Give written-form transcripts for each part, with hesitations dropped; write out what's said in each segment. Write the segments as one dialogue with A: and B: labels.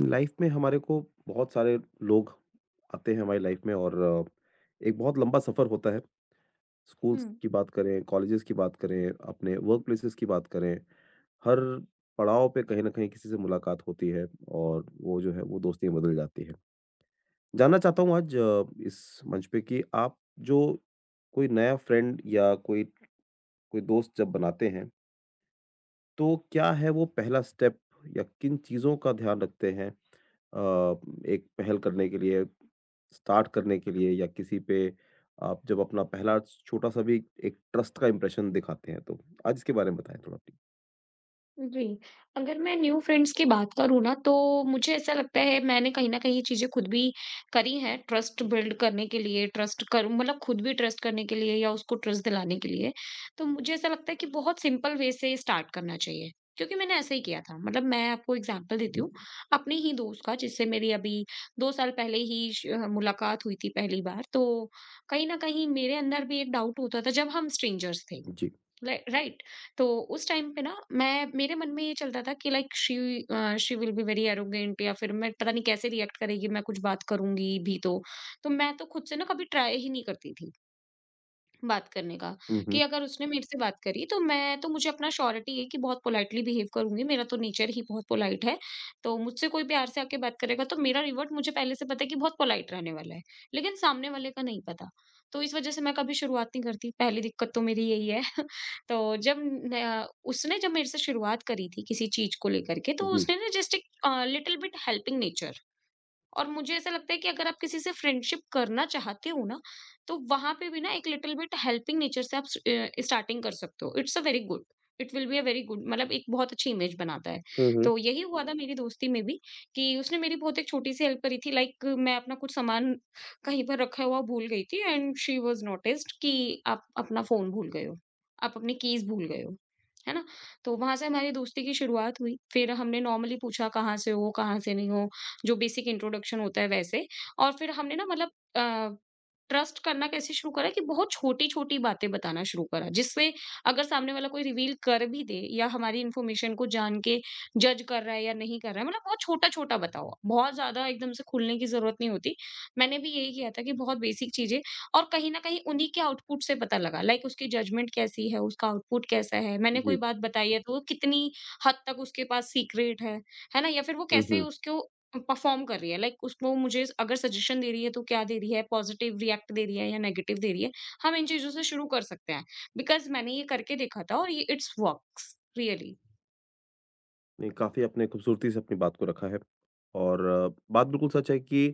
A: Life में हमारे को बहुत सारे लोग आते हैं हमारी लाइफ में, और एक बहुत लंबा सफर होता है।
B: हुँ,
A: स्कूल्स की बात करें, कॉलेजेस की बात करें, अपने वर्क प्लेसेस की बात करें। हर पड़ाव पे कहीं ना कहीं किसी से मुलाकात होती है और वो जो है वो दोस्तियां बदल जाती है। जानना चाहता हूँ आज इस मंच पे कि आप जो कोई नया फ्रेंड या कोई कोई दोस्त जब बनाते हैं तो क्या है वो पहला स्टेप, या किन चीजों का ध्यान रखते हैं अ, एक पहल करने के लिए, स्टार्ट करने के लिए, या किसी पे आप जब अपना पहला छोटा-सा भी एक ट्रस्ट का इम्प्रेशन दिखाते हैं तो? आज इसके बारे में बताएँ थोड़ा प्लीज़?
B: जी। अगर मैं न्यू फ्रेंड्स की बात करूँ ना, तो मुझे ऐसा लगता है मैंने कहीं न कहीं ये चीज़ें खुद भी करी हैं, ट्रस्ट बिल्ड करने के लिए, ट्रस्ट कर मतलब खुद भी ट्रस्ट करने के लिए या उसको ट्रस्ट दिलाने के लिए। तो मुझे ऐसा लगता है कि बहुत सिंपल वे से स्टार्ट करना चाहिए, क्योंकि मैंने ऐसा ही किया था। मतलब मैं आपको एग्ज़ाम्पल देती हूँ, अपने ही दोस्त का जिससे मेरी अभी 2 साल पहले ही मुलाकात हुई थी पहली बार। तो कहीं न कहीं मेरे अंदर भी एक डाउट होता था जब हम स्ट्रेंजर्स थे।
A: जी।
B: Like right. तो उस टाइम पे ना मैं मेरे मन में ये चलता था कि like she she will be very arrogant, या फिर मैं पता नहीं कैसे रिएक्ट करेगी, मैं कुछ बात करूंगी भी तो मैं तो खुद से ना कभी ट्राई ही नहीं करती थी बात करने का।
A: हुँ, हुँ।
B: कि अगर उसने मेरे से बात करी तो मैं तो मुझे अपना श्योरिटी है कि बहुत पोलाइटली बिहेव करूंगी, मेरा तो नेचर ही बहुत पोलाइट है। तो मुझसे कोई प्यार से आके बात करेगा तो मेरा रिवर्ट मुझे पहले से पता है कि बहुत पोलाइट रहने वाला है, लेकिन सामने वाले का नहीं पता। तो इस वजह से मैं कभी शुरुआत नहीं करती, पहली दिक्कत तो मेरी यही है। तो जब न- उसने जब मेरे से शुरुआत करी थी किसी चीज को लेकर के, तो
A: जी।
B: उसने ना जस्ट एक लिटिल बिट हेल्पिंग नेचर। और मुझे ऐसा लगता है कि अगर आप किसी से फ्रेंडशिप करना चाहते हो ना, तो वहाँ पे भी ना एक लिटिल बिट हेल्पिंग नेचर से आप स्टार्टिंग कर सकते हो। It's a very good, it will be a very good, मतलब एक बहुत अच्छी इमेज बनाता है।
A: हुँ, हुँ।
B: तो यही हुआ था मेरी दोस्ती में भी, कि उसने मेरी बहुत एक छोटी-सी हेल्प करी थी। लाइक मैं अपना कुछ सामान कहीं पर रखा हुआ भूल गई थी, एंड शी वाज़ नोटिस्ड कि आप अपना फ़ोन भूल गए हो, आप अपनी कीज़ भूल गए हो। है ना? तो वहाँ से हमारी दोस्ती की शुरुआत हुई। फिर हमने नॉर्मली पूछा कहाँ से हो, कहाँ से नहीं हो, जो बेसिक इंट्रोडक्शन होता है वैसे। और फिर हमने ना मतलब ट्रस्ट करना कैसे शुरू करा, कि बहुत छोटी-छोटी बातें बताना शुरू करा, जिससे अगर सामने वाला कोई रिवील कर भी दे या हमारी इन्फॉर्मेशन को जान के जज कर रहा है या नहीं कर रहा है, मतलब बहुत छोटा-छोटा बताओ। बहुत ज़्यादा एकदम से खुलने की ज़रूरत नहीं होती। मैंने भी यही किया था कि बहुत बेसिक चीज़ें, और कहीं न कहीं उन्हीं के आउटपुट से पता लगा, लाइक उसकी जजमेंट कैसी है, उसका आउटपुट कैसा है, मैंने
A: जी।
B: कोई बात बताई है तो वो कितनी हद तक उसके पास सीक्रेट है ना? या फिर वो
A: हुँ,
B: कैसे
A: हुँ।
B: उसको परफॉर्म कर रही है, लाइक उसको मुझे अगर सजेशन दे रही है तो क्या दे रही है, पॉजिटिव रिएक्ट दे रही है या नेगेटिव दे रही है। हम इन चीजों से शुरू कर सकते हैं, बिकॉज मैंने ये करके देखा था और ये इट्स वर्क्स रियली।
A: नहीं, काफ़ी आपने खूबसूरती से अपनी बात को रखा है, और बात बिल्कुल सच है कि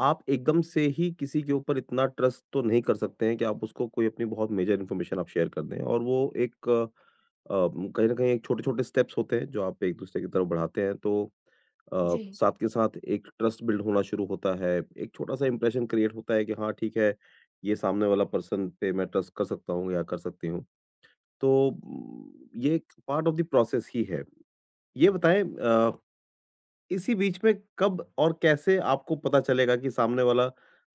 A: आप एकदम से ही किसी के ऊपर इतना ट्रस्ट तो नहीं कर सकते हैं कि आप उसको कोई अपनी बहुत मेजर इन्फॉर्मेशन आप शेयर कर दें, और वो एक कहीं ना कहीं एक छोटे-छोटे स्टेप्स होते हैं जो आप एक दूसरे की तरफ बढ़ाते हैं, तो
B: जी।
A: साथ के साथ एक ट्रस्ट बिल्ड होना शुरू होता है। एक छोटा-सा इंप्रेशन क्रिएट होता है कि हाँ ठीक है, ये सामने वाला पर्सन पे मैं ट्रस्ट कर सकता हूँ या कर सकती हूँ। तो ये एक पार्ट ऑफ द प्रोसेस ही है। ये बताएँ, इसी बीच में कब और कैसे आपको पता चलेगा कि सामने वाला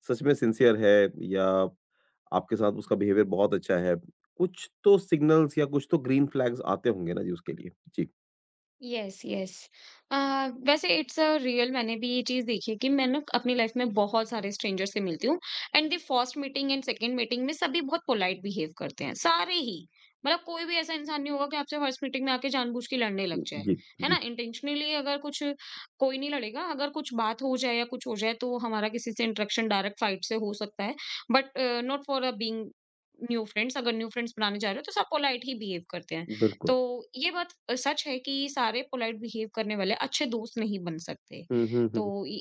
A: सच में सिंसियर है, या आपके साथ उसका बिहेवियर बहुत अच्छा है? कुछ तो सिग्नल्स या कुछ तो ग्रीन फ्लैग्स आते होंगे ना जी उसके लिए? जी।
B: Yes yes. अ, वैसे इट्स अ रियल, मैंने भी ये चीज़ देखी है कि मैं ना अपनी लाइफ में बहुत सारे स्ट्रेंजर से मिलती हूँ, and the first meeting and second meeting में सभी बहुत पोलाइट बिहेव करते हैं, सारे ही। मतलब कोई भी ऐसा इंसान नहीं होगा कि आपसे फर्स्ट मीटिंग में आके जानबूझ के लड़ने लग जाए,
A: जी,
B: है
A: जी,
B: ना, इंटेंशनली। अगर कुछ कोई नहीं लड़ेगा। अगर कुछ बात हो जाए या कुछ हो जाए तो हमारा किसी से इंटरेक्शन डायरेक्ट फाइट से हो सकता है, but not for a being new friends. अगर न्यू फ्रेंड्स बनाने जा रहे हो तो सब पोलाइट ही बिहेव करते हैं।
A: बिल्कुल।
B: तो ये बात सच है कि सारे पोलाइट बिहेव करने वाले अच्छे दोस्त नहीं बन सकते।
A: हुँ, हुँ,
B: तो
A: हुँ।
B: इ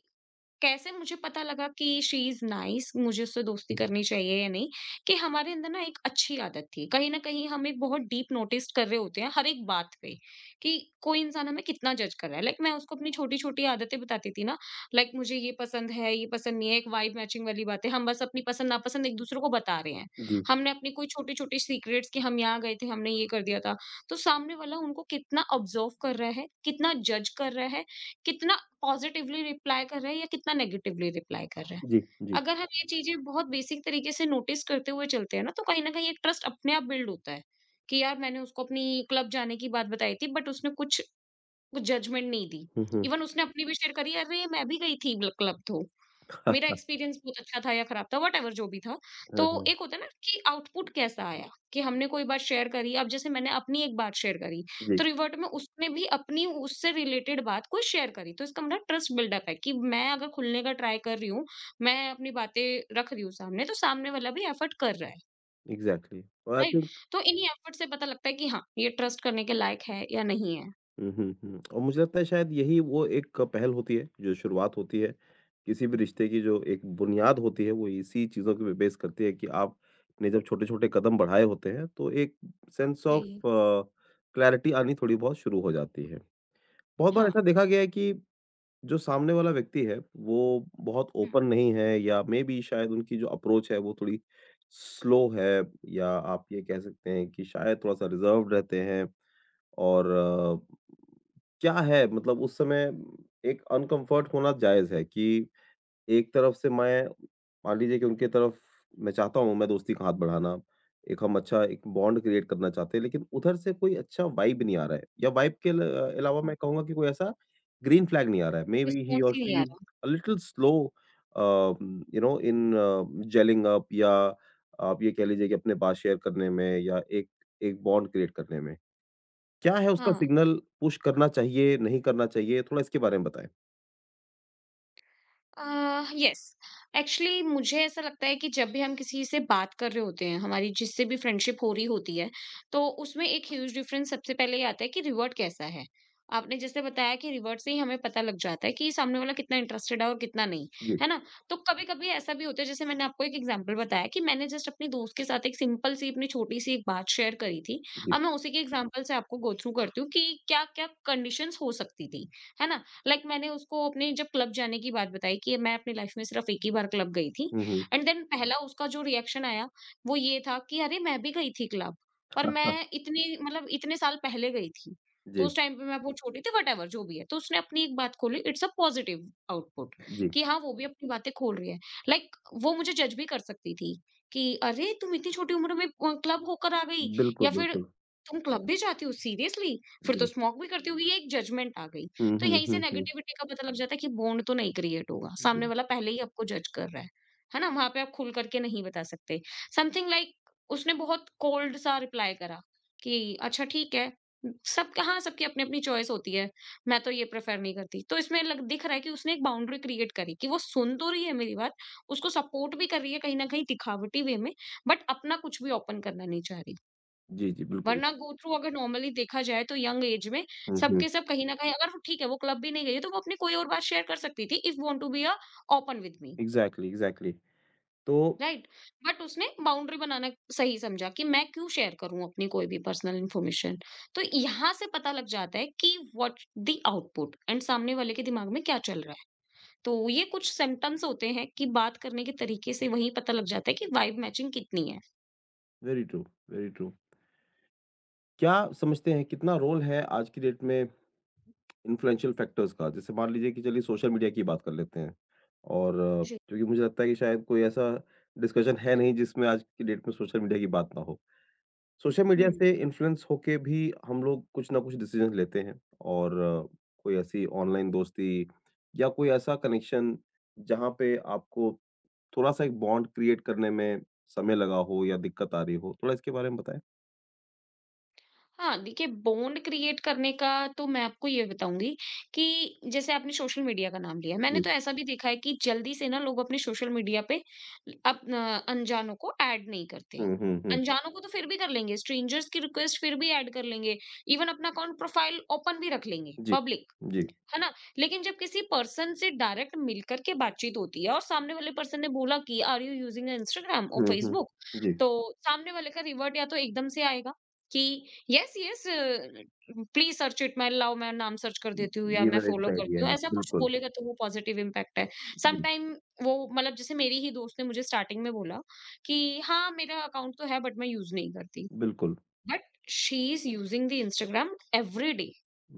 B: कैसे मुझे पता लगा कि शी इज नाइस, मुझे उससे दोस्ती करनी चाहिए या नहीं, कि हमारे अंदर ना एक अच्छी आदत थी। कहीं ना कहीं हम एक बहुत डीप नोटिस कर रहे होते हैं हर एक बात पे, कि कोई इंसान हमें कितना जज कर रहा है। लाइक मैं उसको अपनी छोटी छोटी आदतें बताती थी ना, लाइक मुझे ये पसंद है, ये पसंद नहीं है। एक वाइब मैचिंग वाली बात है, हम बस अपनी पसंद नापसंद एक दूसरे को बता रहे हैं।
A: जी,
B: हमने अपनी कोई छोटी छोटी सीक्रेट्स, कि हम यहाँ गए थे, हमने ये कर दिया था, तो सामने वाला उनको कितना ऑब्जर्व कर रहा है, कितना जज कर रहा है, कितना पॉजिटिवली रिप्लाई कर रहे हैं या कितना नेगेटिवली रिप्लाई कर रहे हैं।
A: जी, जी।
B: अगर हम ये चीज़ें बहुत बेसिक तरीके से नोटिस करते हुए चलते हैं ना, तो कहीं न कहीं एक ट्रस्ट अपने आप बिल्ड होता है, कि यार मैंने उसको अपनी क्लब जाने की बात बताई थी, बट उसने कुछ कुछ जजमेंट नहीं दी।
A: हुँ, हुँ।
B: इवन उसने अपनी भी शेयर करी, "अरे! मैं भी गई थी ब्ल क्लब तो।" मेरा एक्सपीरियंस बहुत अच्छा था या खराब था, वॉटेवर जो भी था। तो
A: हाँ, हाँ।
B: एक होता है ना कि आउटपुट कैसा आया, कि हमने कोई बात शेयर करी, अब जैसे मैंने अपनी एक बात शेयर करी, तो
A: जी,
B: रिवर्ट में उसने भी अपनी उससे रिलेटेड बात कोई शेयर करी। तो इसका मतलब ट्रस्ट बिल्डअप है कि मैं अगर खुलने का ट्राई कर रही हूँ, मैं अपनी बातें रख रही हूँ सामने, तो सामने वाला भी एफर्ट कर रहा है,
A: एग्ज़ैक्टली, और आई
B: राइट?
A: थिंक
B: तो इन्हीं एफर्ट से पता लगता है कि हाँ, ये ट्रस्ट करने के लायक है या नहीं है।
A: हुँ, हुँ, हुँ। और मुझे लगता है शायद यही वो एक पहल होती है, जो शुरुआत होती है, किसी भी रिश्ते की। जो एक बुनियाद होती है, वो इसी चीज़ों पे बेस करती है कि आपने जब छोटे-छोटे कदम बढ़ाए होते हैं, तो एक सेंस ऑफ
B: जी।
A: क्लैरिटी आनी थोड़ी बहुत शुरू हो जाती है। बहुत बार
B: हाँ।
A: ऐसा देखा गया है कि जो सामने वाला व्यक्ति है, वो बहुत
B: हुँ,
A: ओपन नहीं है, या मे बी शायद उनकी जो अप्रोच है, वो थोड़ी स्लो है, या आप ये कह सकते हैं कि शायद थोड़ा-सा रिज़र्व्ड रहते हैं। और क्या है मतलब उस समय एक अनकम्फर्ट होना जायज़ है कि एक तरफ से मैं, मान लीजिए कि उनके तरफ, मैं चाहता हूँ मैं दोस्ती का हाथ बढ़ाना, एक हम अच्छा एक बॉन्ड क्रिएट करना चाहते हैं, लेकिन उधर से कोई अच्छा वाइब नहीं आ रहा है, या वाइब के अल अलावा
B: हुँ।
A: मैं कहूँगा कि कोई ऐसा ग्रीन फ्लैग नहीं आ रहा है। मेबी ही
B: रिस्पॉन्स
A: और
B: ही नहीं
A: शी
B: आ
A: इज़
B: रहा।
A: A little slow in jelling up, या आप ये कह लीजिए कि अपने बात शेयर करने में, या एक एक बॉन्ड क्रिएट करने में। क्या है उसका
B: हाँ।
A: सिग्नल? पुश करना चाहिए, नहीं करना चाहिए? थोड़ा इसके बारे में बताएँ।
B: यस। एक्चुअली मुझे ऐसा लगता है कि जब भी हम किसी से बात कर रहे होते हैं, हमारी जिससे भी फ्रेंडशिप हो रही होती है, तो उसमें एक ह्यूज डिफरेंस सबसे पहले ये आता है कि रिवर्ट कैसा है। आपने जैसे बताया कि रिवर्ट से ही हमें पता लग जाता है कि सामने वाला कितना इंटरेस्टेड है और कितना नहीं,
A: जी,
B: है ना। तो कभी कभी ऐसा भी होता है, जैसे मैंने आपको एक एग्जांपल बताया कि मैंने जस्ट अपनी दोस्त के साथ एक सिंपल सी अपनी छोटी सी एक बात शेयर करी थी।
A: जी।
B: अब मैं उसी के एग्जांपल से आपको गो थ्रू करती हूँ कि क्या क्या कंडीशंस हो सकती थी, है ना। लाइक, मैंने उसको अपने जब क्लब जाने की बात बताई, कि मैं अपनी लाइफ में सिर्फ एक ही बार क्लब गई थी,
A: हुँ, हुँ।
B: एंड देन पहला उसका जो रिएक्शन आया, वो ये था कि अरे मैं भी गई थी क्लब, पर मैं इतनी मतलब इतने साल पहले गई थी, तो
A: जी,
B: उस टाइम पे मैं बहुत छोटी थी, वट जो भी है। तो उसने अपनी एक बात खोली, इट्स अ पॉजिटिव आउटपुट
A: जी।
B: कि हाँ वो भी अपनी बातें खोल रही है। लाइक, वो मुझे जज भी कर सकती थी कि अरे तुम इतनी छोटी उम्र में क्लब होकर आ गई,
A: बिल्कुल,
B: या फिर
A: बिल्कुल।
B: तुम क्लब भी जाती हो सीरियसली, फिर तो
A: जी।
B: स्मोक भी करती होगी, ये एक जजमेंट आ गई।
A: हुँ,
B: तो
A: हुँ,
B: यहीं से
A: हुँ, हुँ।
B: नेगेटिविटी का पता लग जाता है कि बॉन्ड तो नहीं क्रिएट होगा,
A: जी,
B: सामने वाला पहले ही आपको जज कर रहा है ना? वहाँ पे आप खुल कर के नहीं बता सकते। समथिंग लाइक उसने बहुत कोल्ड सा रिप्लाई करा कि अच्छा ठीक है। सबकी अपनी-अपनी चॉइस होती है। मैं तो ये प्रेफर नहीं करती। तो इसमें लग दिख रहा है कि उसने एक बाउंड्री क्रिएट करी, कि वो सुन तो रही है मेरी बात, उसको सपोर्ट भी कर रही है कहीं न कहीं दिखावटी वे में, बट अपना कुछ भी ओपन करना नहीं चाह रही।
A: जी, जी, बिल्कुल।
B: वरना गो थ्रू अगर नॉर्मली देखा जाए तो यंग एज में
A: हुँ,
B: सब
A: हुँ।
B: के सब कहीं न कहीं अगर वो ठीक है, वो क्लब भी नहीं गई है, तो वो अपनी कोई और बात शेयर कर सकती थी, if want to be a open with me,
A: exactly, exactly. तो
B: राइट? बट उसने बाउंड्री बनाना सही समझा, कि मैं क्यों शेयर करूँ अपनी कोई भी पर्सनल इन्फॉर्मेशन। तो यहाँ से पता लग जाता है कि व्हाट द आउटपुट, एंड सामने वाले के दिमाग में क्या चल रहा है। तो ये कुछ सिम्पटम्स होते हैं कि बात करने के तरीके से वहीं पता लग जाता है कि वाइब मैचिंग कितनी है।
A: Very true, very true. क्या समझते हैं कितना रोल है आज की डेट में इन्फ्लुएंशियल फैक्टर्स का? जैसे मान लीजिए कि चलिए सोशल मीडिया की बात कर लेते हैं, और
B: जी।
A: क्योंकि मुझे लगता है कि शायद कोई ऐसा डिस्कशन है नहीं जिसमें आज की डेट में सोशल मीडिया की बात ना हो। Social
B: hmm.
A: मीडिया से इन्फ्लुएंस होके भी हम लोग कुछ ना कुछ डिसीजन लेते हैं, और कोई ऐसी ऑनलाइन दोस्ती, या कोई ऐसा कनेक्शन जहाँ पे आपको थोड़ा-सा एक बॉन्ड क्रिएट करने में समय लगा हो या दिक्कत आ रही हो, थोड़ा इसके बारे में बताएँ?
B: हाँ, देखिए बॉन्ड क्रिएट करने का तो मैं आपको ये बताऊँगी कि जैसे आपने सोशल मीडिया का नाम लिया, मैंने
A: जी।
B: तो ऐसा भी देखा है कि जल्दी से ना लोग अपने सोशल मीडिया पे अप न अनजानों को ऐड नहीं करते।
A: हुँ, हुँ, हुँ।
B: अनजानों को तो फिर भी कर लेंगे, स्ट्रेंजर्स की रिक्वेस्ट फिर भी ऐड कर लेंगे, इवन अपना अकाउंट प्रोफाइल ओपन भी रख लेंगे,
A: जी,
B: पब्लिक।
A: जी।
B: है ना? लेकिन जब किसी पर्सन से डायरेक्ट मिलकर के बातचीत होती है और सामने वाले पर्सन ने बोला कि आर यू यूजिंग इंस्टाग्राम और
A: हुँ, हुँ।
B: फेसबुक।
A: जी,
B: तो सामने वाले का रिवर्ट या तो एकदम से आएगा कि yes yes please search it, मैं लाओ, मैं नाम सर्च कर देती हूँ या
A: ये
B: मैं
A: मेरा
B: फॉलो
A: इसका आइडिया
B: करती
A: है।
B: हूँ,
A: हाँ,
B: ऐसा कुछ
A: बिल्कुल।
B: बोलेगा तो वो पॉजिटिव इम्पैक्ट है।
A: जी,
B: समटाइम वो मतलब जैसे मेरी ही दोस्त ने मुझे स्टार्टिंग में बोला कि हाँ, मेरा अकाउंट तो है बट मैं यूज नहीं करती।
A: बिल्कुल।
B: But she is using the Instagram every.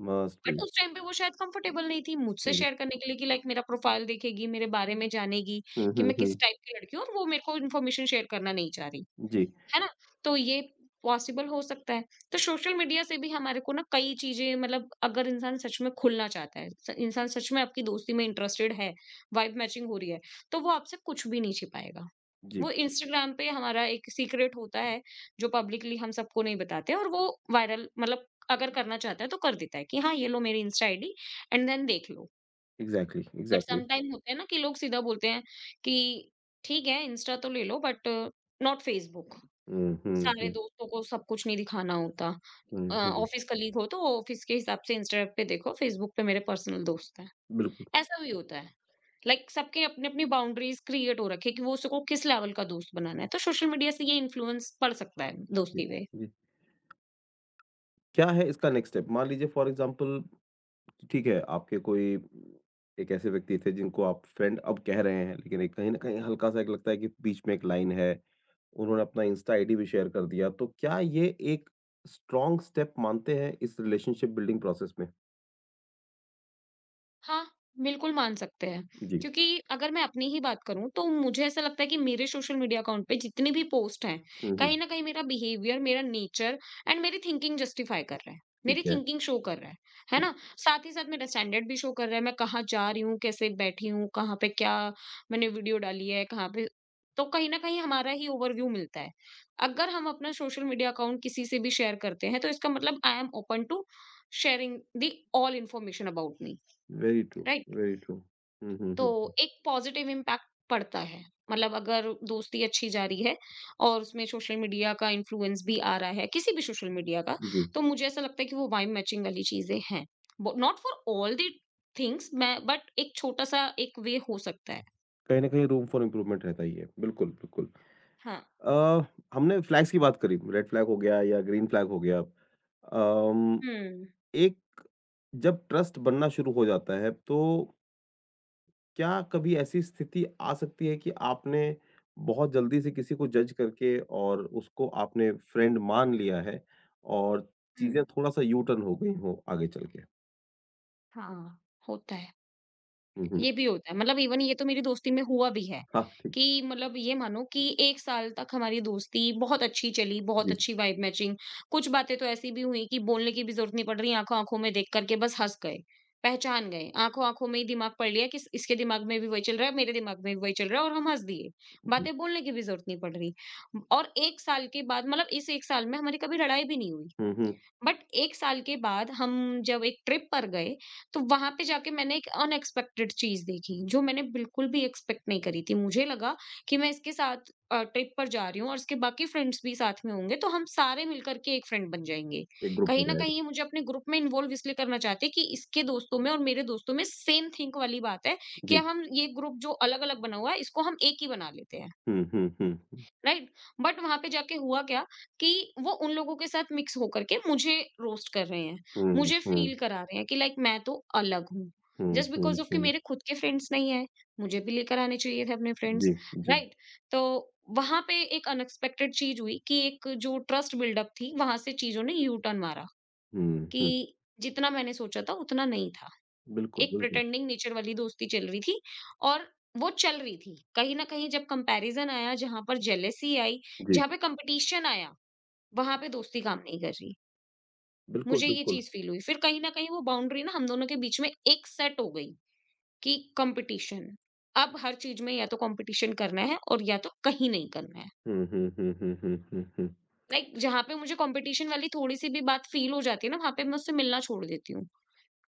A: Must
B: but
A: be.
B: उस टाइम पे वो शायद कंफर्टेबल नहीं थी मुझसे
A: हुँ,
B: शेयर करने के लिए कि लाइक मेरा प्रोफाइल देखेगी, मेरे बारे में जानेगी
A: हुँ,
B: कि
A: हुँ,
B: मैं किस
A: हुँ।
B: टाइप की लड़की हूँ और वो मेरे को इन्फॉर्मेशन शेयर करना नहीं चाह रही,
A: जी,
B: है ना? तो ये पॉसिबल हो सकता है। तो सोशल मीडिया से भी हमारे को ना कई चीज़ें, मतलब अगर इंसान सच में खुलना चाहता है, स इंसान सच में आपकी दोस्ती में इंटरेस्टेड है, वाइब मैचिंग हो रही है, तो वो आपसे कुछ भी नहीं छिपाएगा।
A: जी।
B: वो इंस्टाग्राम पे हमारा एक सीक्रेट होता है जो पब्लिकली हम सबको नहीं बताते और वो वायरल, मतलब अगर करना चाहता है तो कर देता है कि हाँ ये लो मेरी इंस्टा आईडी एंड देन देख लो।
A: Exactly,
B: but
A: exactly.
B: Some time होता है ना कि लोग सीधा बोलते हैं कि ठीक है इंस्टा तो ले लो बट नॉट फेसबुक।
A: हुँ, हुँ,
B: सारे
A: हुँ,
B: दोस्तों को सब कुछ नहीं दिखाना होता।
A: हुँ, हुँ।
B: ऑफिस कलीग हो तो ऑफिस के हिसाब से इंस्टा पे देखो, फेसबुक पे मेरे पर्सनल दोस्त हैं।
A: बिल्कुल,
B: ऐसा भी होता है। लाइक like, सबके अपनी-अपनी बाउंड्रीज़ क्रिएट हो रखी है कि वो उसको किस लेवल का दोस्त बनाना है। तो सोशल मीडिया से ये इन्फ्लुएंस पड़ सकता है
A: जी,
B: दोस्ती पे।
A: जी। क्या है इसका नेक्स्ट स्टेप? मान लीजिए फॉर एग्ज़ाम्पल, ठीक है, आपके कोई एक ऐसे व्यक्ति थे जिनको आप फ्रेंड अब कह रहे हैं, लेकिन एक कहीं न कहीं हल्का-सा एक लगता है कि बीच में एक लाइन है, उन्होंने अपना इंस्टा आईडी भी शेयर कर दिया, तो क्या ये एक स्ट्रॉन्ग स्टेप मानते हैं इस रिलेशनशिप बिल्डिंग प्रोसेस में?
B: हाँ, बिल्कुल मान सकते हैं।
A: जी।
B: क्योंकि अगर मैं अपनी ही बात करूँ तो मुझे ऐसा लगता है कि मेरे सोशल मीडिया अकाउंट पे जितनी भी पोस्ट हैं,
A: हुँ,
B: कहीं
A: हुँ।
B: न कहीं मेरा बिहेवियर, मेरा नेचर एंड मेरी थिंकिंग जस्टिफाई कर रहा है।
A: ठीक
B: मेरी
A: है,
B: थिंकिंग शो कर रहा है
A: जी।
B: ना? साथ ही साथ मेरा स्टैंडर्ड भी शो कर रहा है, मैं कहाँ जा रही हूँ, कैसे बैठी हूँ, कहाँ पे क्या मैंने वीडियो डाली है, कहाँ पे। तो कहीं न कहीं हमारा ही ओवरव्यू मिलता है। अगर हम अपना सोशल मीडिया अकाउंट किसी से भी शेयर करते हैं तो इसका मतलब I am open to sharing the all information about me,
A: very true,
B: right?
A: Very true. Hmm, hmm,
B: तो
A: हुँ, हुँ।
B: एक पॉजिटिव इम्पैक्ट पड़ता है। मतलब अगर दोस्ती अच्छी जा रही है और उसमें सोशल मीडिया का इन्फ्लुएंस भी आ रहा है, किसी भी सोशल मीडिया का,
A: जी,
B: तो मुझे ऐसा लगता है कि वो वाइब मैचिंग वाली चीज़ें हैं। But not for all the things मैं बट एक छोटा-सा एक वे हो सकता है।
A: कहीं न कहीं रूम फॉर इम्प्रूवमेंट रहता ही है। बिल्कुल, बिल्कुल।
B: हाँ।
A: अ, हमने फ्लैग्स की बात करी, रेड फ्लैग हो गया या ग्रीन फ्लैग हो गया। अम
B: हुँ,
A: एक जब ट्रस्ट बनना शुरू हो जाता है, तो क्या कभी ऐसी स्थिति आ सकती है कि आपने बहुत जल्दी से किसी को जज करके और उसको आपने फ्रेंड मान लिया है, और
B: हुँ।
A: चीज़ें थोड़ा-सा यू टर्न हो गई हों आगे चल के?
B: हाँ, होता है।
A: हुँ, हुँ।
B: ये भी होता है। मतलब इवन ये तो मेरी दोस्ती में हुआ भी है,
A: हाँ, ठीक।
B: कि मतलब ये मानो कि एक साल तक हमारी दोस्ती बहुत अच्छी चली, बहुत
A: जी,
B: अच्छी वाइब मैचिंग। कुछ बातें तो ऐसी भी हुई कि बोलने की भी ज़रूरत नहीं पड़ रही, आँखों-आँखों में देख कर के बस हँस गए, पहचान गए। आँखों-आँखों में ही दिमाग पढ़ लिया कि इस इसके दिमाग में भी वही चल रहा है, मेरे दिमाग में भी वही चल रहा है और हम हँस दिए।
A: जी।
B: बातें बोलने की भी ज़रूरत नहीं पड़ रही। और एक साल के बाद, मतलब इस एक साल में हमारी कभी लड़ाई भी नहीं हुई।
A: हुँ, हुँ।
B: बट एक साल के बाद हम जब एक ट्रिप पर गए, तो वहाँ पे जाके मैंने एक अनएक्सपेक्टेड चीज़ देखी, जो मैंने बिल्कुल भी एक्सपेक्ट नहीं करी थी। मुझे लगा कि मैं इसके साथ ट्रिप पर जा रही हूँ और इसके बाकी फ्रेंड्स भी साथ में होंगे, तो हम सारे मिलकर के एक फ्रेंड बन जाएँगे।
A: एक ग्रुप हो
B: कहीं न
A: जाएगा।
B: कहीं ये मुझे अपने ग्रुप में इन्वॉल्व इसलिए करना चाहते हैं कि इसके दोस्तों में और मेरे दोस्तों में सेम थिंक वाली बात है कि
A: जी।
B: हम ये ग्रुप जो अलग-अलग बना हुआ है, इसको हम एक ही बना लेते हैं।
A: हुँ, हुँ, हुँ, हुँ।
B: राइट। बट वहां पे जाके हुआ क्या कि वो उन लोगों के साथ मिक्स होकर के मुझे रोस्ट कर रहे हैं,
A: हुँ,
B: मुझे
A: हुँ,
B: फील करा रहे हैं कि लाइक मैं तो अलग हूँ
A: हुँ,
B: जस्ट
A: हुँ,
B: बिकॉज ऑफ कि
A: हुँ।
B: मेरे खुद के फ्रेंड्स नहीं है, मुझे भी लेकर आने चाहिए थे अपने फ्रेंड्स।
A: जी, जी।
B: राइट। तो वहां पे एक अनएक्सपेक्टेड चीज हुई कि एक जो ट्रस्ट बिल्डअप थी वहां से चीजों ने यू टर्न मारा
A: हुँ,
B: कि
A: हुँ।
B: जितना मैंने सोचा था उतना नहीं था।
A: बिल्कुल,
B: एक
A: बिल्कुल।
B: प्रिटेंडिंग नेचर वाली दोस्ती चल रही थी और वो चल रही थी। कहीं न कहीं जब कंपैरिज़न आया, जहाँ पर जेलसी आई,
A: जी।
B: जहाँ पे कंपटीशन आया, वहाँ पे दोस्ती काम नहीं कर रही।
A: बिल्कुल,
B: मुझे ये
A: बिल्कुल।
B: चीज़ फ़ील हुई। फिर कहीं न कहीं वो बाउंड्री ना हम दोनों के बीच में एक सेट हो गई कि कंपटीशन। अब हर चीज़ में या तो कंपटीशन करना है और या तो कहीं नहीं करना है।
A: हुँ, हुँ, हुँ, हुँ, हुँ, हुँ, हुँ।
B: लाइक जहाँ पे मुझे कंपटीशन वाली थोड़ी-सी भी बात फ़ील हो जाती है ना, वहाँ पे मैं उससे मिलना छोड़ देती हूँ।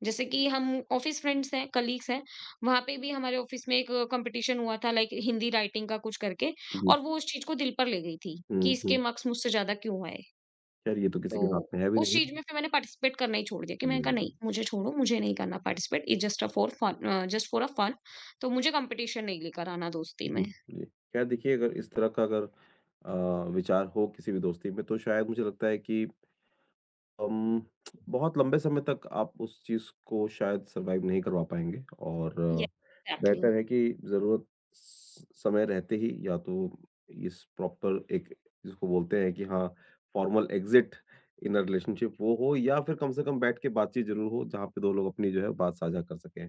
B: जैसे कि हम ऑफिस फ्रेंड्स हैं, कलीग्स हैं, वहाँ पे भी हमारे ऑफिस में एक कंपटीशन हुआ था लाइक हिंदी राइटिंग का कुछ करके
A: जी।
B: और वो उस चीज़ को दिल पर ले गई थी कि
A: हुँ,
B: इसके
A: हुँ।
B: मार्क्स मुझसे ज़्यादा क्यों आए।
A: खैर ये तो किसी
B: तो
A: के हाथ में है भी
B: उस
A: नहीं।
B: चीज़ में फिर मैंने पार्टिसिपेट करना ही छोड़ दिया कि मैंने कहा
A: हुँ,
B: नहीं, मुझे छोड़ो, मुझे नहीं करना participate, it's just a for fun just for a fun. तो मुझे कंपटीशन नहीं लेकर आना दोस्ती
A: जी,
B: में।
A: जी। खैर देखिए, अगर इस तरह का अगर अ, विचार हो किसी भी दोस्ती में, तो शायद मुझे लगता है कि अम, बहुत लंबे समय तक आप उस चीज़ को शायद सर्वाइव नहीं करवा पाएँगे, और
B: येस, एग्ज़ैक्टली,
A: बेहतर है कि ज़रूरत स समय रहते ही या तो इस प्रॉपर एक जिसको बोलते हैं कि हाँ, formal exit in a relationship वो हो, या फिर कम से कम बैठ के बातचीत ज़रूर हो, जहाँ पे 2 लोग अपनी जो है बात साझा कर सकें।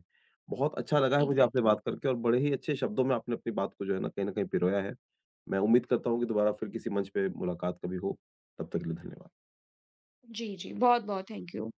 A: बहुत अच्छा लगा है मुझे आपसे
B: एग्ज़ैक्टली।
A: बात करके, और बड़े ही अच्छे शब्दों में आपने अपनी बात को जो है ना कहीं न कहीं पिरोया है। मैं उम्मीद करता हूँ कि दोबारा फिर किसी मंच पे मुलाकात कभी हो। तब तक के लिए धन्यवाद।
B: जी, जी। बहुत-बहुत थैंक यू।